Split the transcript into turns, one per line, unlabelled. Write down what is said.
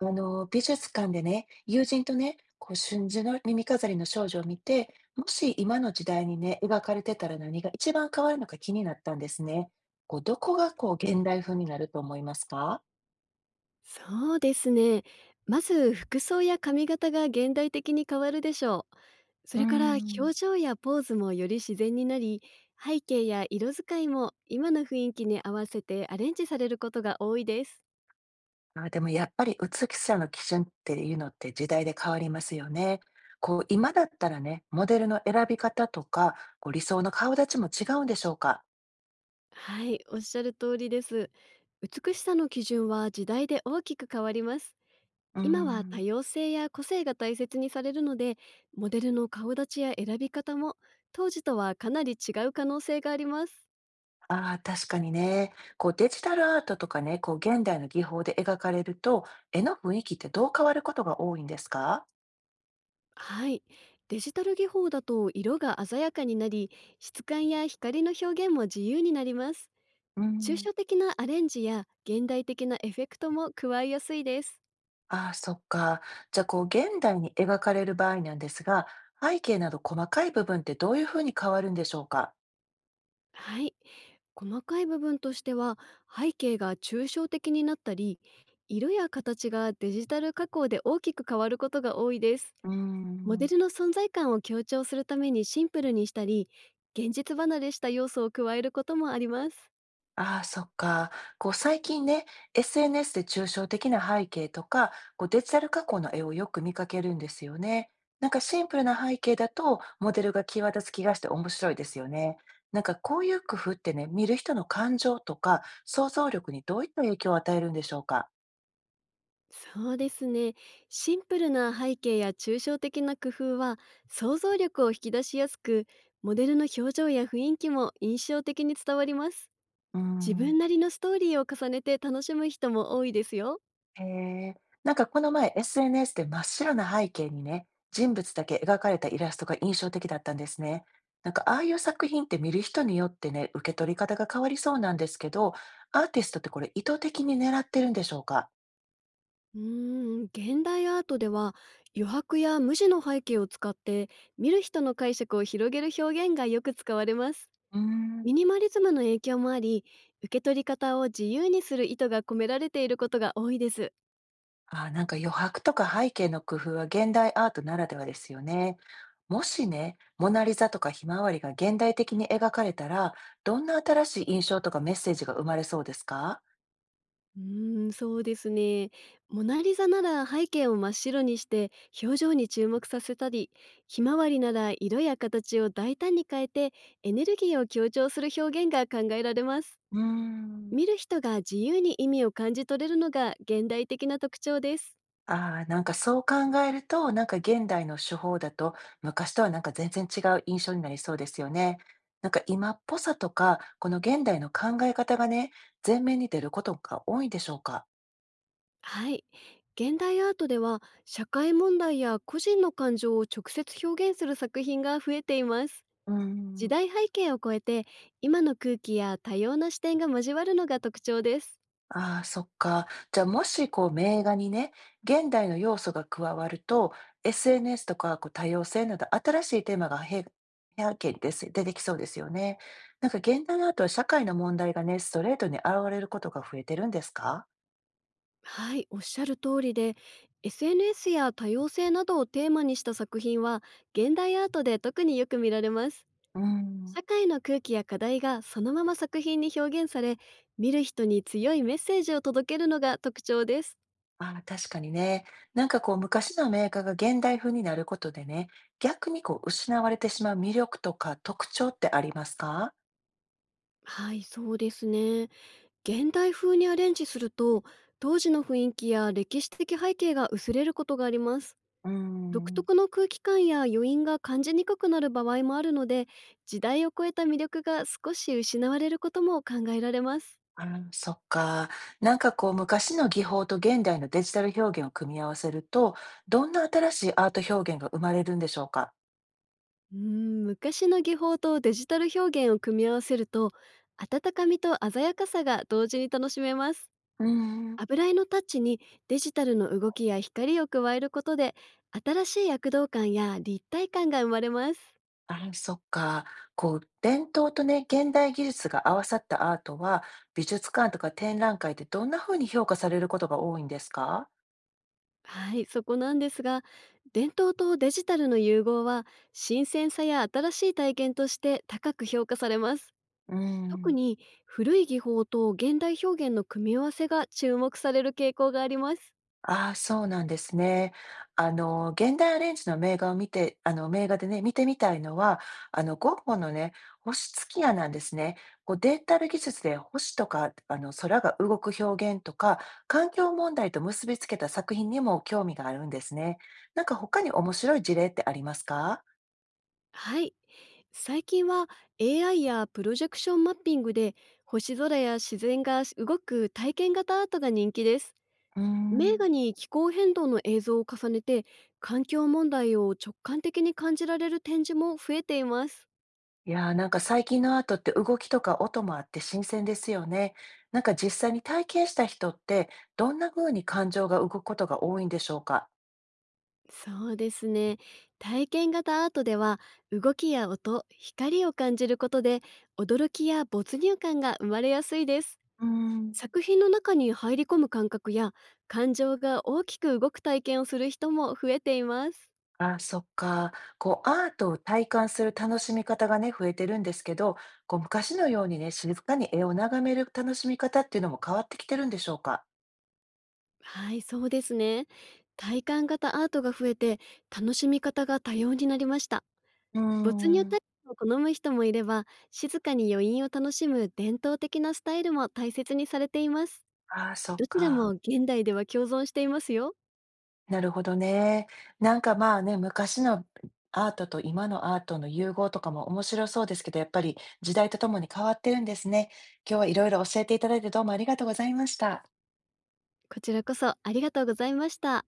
美術館でね、友人とね、こう真珠の耳飾りの少女を見て、もし今の時代にね、描かれてたら何が一番変わるのか気になったんですね。こう、どこがこう現代風になると思いますか？
そうですね。まず服装や髪型が現代的に変わるでしょう。
う
そ
ー
れから
ん、
表情やポーズもより自然になり、背景や色使いも今の雰囲気に合わせてアレンジされることが多いです。
あ、でもやっぱり美しさの基準っていうのって時代で変わりますよね。こう、今だったらね、モデルの選び方とか、こう理想の顔立ちも違うんでしょうか？
はい、おっしゃる通りです。美しさの基準は時代で大きく変わります。
うー
今は多
ん
様性や個性が大切にされるので、モデルの顔立ちや選び方も当時とはかなり違う可能性があります。
ああ、確かにね。こうデジタルアートとかね、こう現代の技法で描かれると、絵の雰囲気ってどう変わることが多いんですか？
はい。デジタル技法だと色が鮮やかになり、質感や光の表現も自由になります。
う
抽
ん、
象的なアレンジや現代的なエフェクトも加えやすいです。
ああ、そっか。じゃあ、こう現代に描かれる場合なんですが、背景など細かい部分ってどういうふうに変わるんでしょうか？
はい。細かい部分としては、背景が抽象的になったり、色や形がデジタル加工で大きく変わることが多いです。
う
モデ
ん
ルの存在感を強調するためにシンプルにしたり、現実離れした要素を加えることもあります。
ああ、そっか。こう最近ね、SNS で抽象的な背景とか、こうデジタル加工の絵をよく見かけるんですよね。なんかシンプルな背景だと、モデルが際立つ気がして面白いですよね。なんかこういう工夫ってね、見る人の感情とか想像力にどういった影響を与えるんでしょうか。
そうですね。シンプルな背景や抽象的な工夫は想像力を引き出しやすく、モデルの表情や雰囲気も印象的に伝わります。
うー
自分
ん。
なりのストーリーを重ねて楽しむ人も多いですよ。
へえ。なんかこの前 SNS で真っ白な背景にね、人物だけ描かれたイラストが印象的だったんですね。なんかああいう作品って見る人によってね、受け取り方が変わりそうなんですけど、アーティストってこれ意図的に狙ってるんでしょうか？
うーん、現代アートでは余白や無地の背景を使って見る人の解釈を広げる表現がよく使われます。
うー
ミ
ん
ニマリズムの影響もあり、受け取り方を自由にする意図が込められていることが多いです。
あー、なんか余白とか背景の工夫は現代アートならではですよね。もしね、モナリザとかひまわりが現代的に描かれたら、どんな新しい印象とかメッセージが生まれそうですか？
うーん、そうですね。モナリザなら背景を真っ白にして表情に注目させたり、ひまわりなら色や形を大胆に変えてエネルギーを強調する表現が考えられます。
うーん
見る人が自由に意味を感じ取れるのが現代的な特徴です。
ああ、なんかそう考えると、なんか現代の手法だと、昔とはなんか全然違う印象になりそうですよね。なんか今っぽさとか、この現代の考え方がね、前面に出ることが多いんでしょうか。
はい。現代アートでは社会問題や個人の感情を直接表現する作品が増えています。
うー
時
ん、
代背景を超えて今の空気や多様な視点が交わるのが特徴です。
ああ、そっか。じゃあもしこう名画にね、現代の要素が加わると、SNS とかこう多様性など新しいテーマがへ背景にで出てきそうですよね。なんか現代アートは社会の問題がね、ストレートに現れることが増えてるんですか？
はい、おっしゃる通りで、 SNS や多様性などをテーマにした作品は現代アートで特によく見られます。
うん。
社会の空気や課題がそのまま作品に表現され、見る人に強いメッセージを届けるのが特徴です。
ああ、確かにね。なんかこう昔のメーカーが現代風になることでね、逆にこう失われてしまう魅力とか特徴ってありますか？
はい、そうですね。現代風にアレンジすると当時の雰囲気や歴史的背景が薄れることがあります。
うー
独
ん。
特の空気感や余韻が感じにくくなる場合もあるので、時代を超えた魅力が少し失われることも考えられます。
あー、そっか。なんかこう昔の技法と現代のデジタル表現を組み合わせると、どんな新しいアート表現が生まれるんでしょうか？
うーん、昔の技法とデジタル表現を組み合わせると温かみと鮮やかさが同時に楽しめます。
うーん。
油絵のタッチにデジタルの動きや光を加えることで新しい躍動感や立体感が生まれます。
ああ、そっか。こう伝統とね、現代技術が合わさったアートは、美術館とか展覧会でどんな風に評価されることが多いんですか？
はい、そこなんですが、伝統とデジタルの融合は新鮮さや新しい体験として高く評価されます。
う
特
ん。
に古い技法と現代表現の組み合わせが注目される傾向があります。
ああ、そうなんですね。現代アレンジの名画を見て名画でね、見てみたいのは、ゴッホのね、星月夜なんですね。こう、データル技術で星とか、空が動く表現とか、環境問題と結びつけた作品にも興味があるんですね。なんか他に面白い事例ってありますか？
はい、最近は AI やプロジェクションマッピングで星空や自然が動く体験型アートが人気です。
うー
名
ん。
画に気候変動の映像を重ねて環境問題を直感的に感じられる展示も増えています。
いや、なんか最近のアートって動きとか音もあって新鮮ですよね。なんか実際に体験した人って、どんな風に感情が動くことが多いんでしょうか？
そうですね。体験型アートでは動きや音、光を感じることで驚きや没入感が生まれやすいです。
うーん。
作品の中に入り込む感覚や感情が大きく動く体験をする人も増えています。
あ、そっか。こうアートを体感する楽しみ方がね、増えてるんですけど、こう昔のようにね、静かに絵を眺める楽しみ方っていうのも変わってきてるんでしょうか？
はい、そうですね。体感型アートが増えて楽しみ方が多様になりました。
うー
没入
ん。
体験を好む人もいれば、静かに余韻を楽しむ伝統的なスタイルも大切にされています。
ああ、そっ
どちらも
か。
現代では共存していますよ。
なるほどね。なんかまあね、昔のアートと今のアートの融合とかも面白そうですけど、やっぱり時代とともに変わってるんですね。今日はいろいろ教えていただいてどうもありがとうございました。
こちらこそありがとうございました。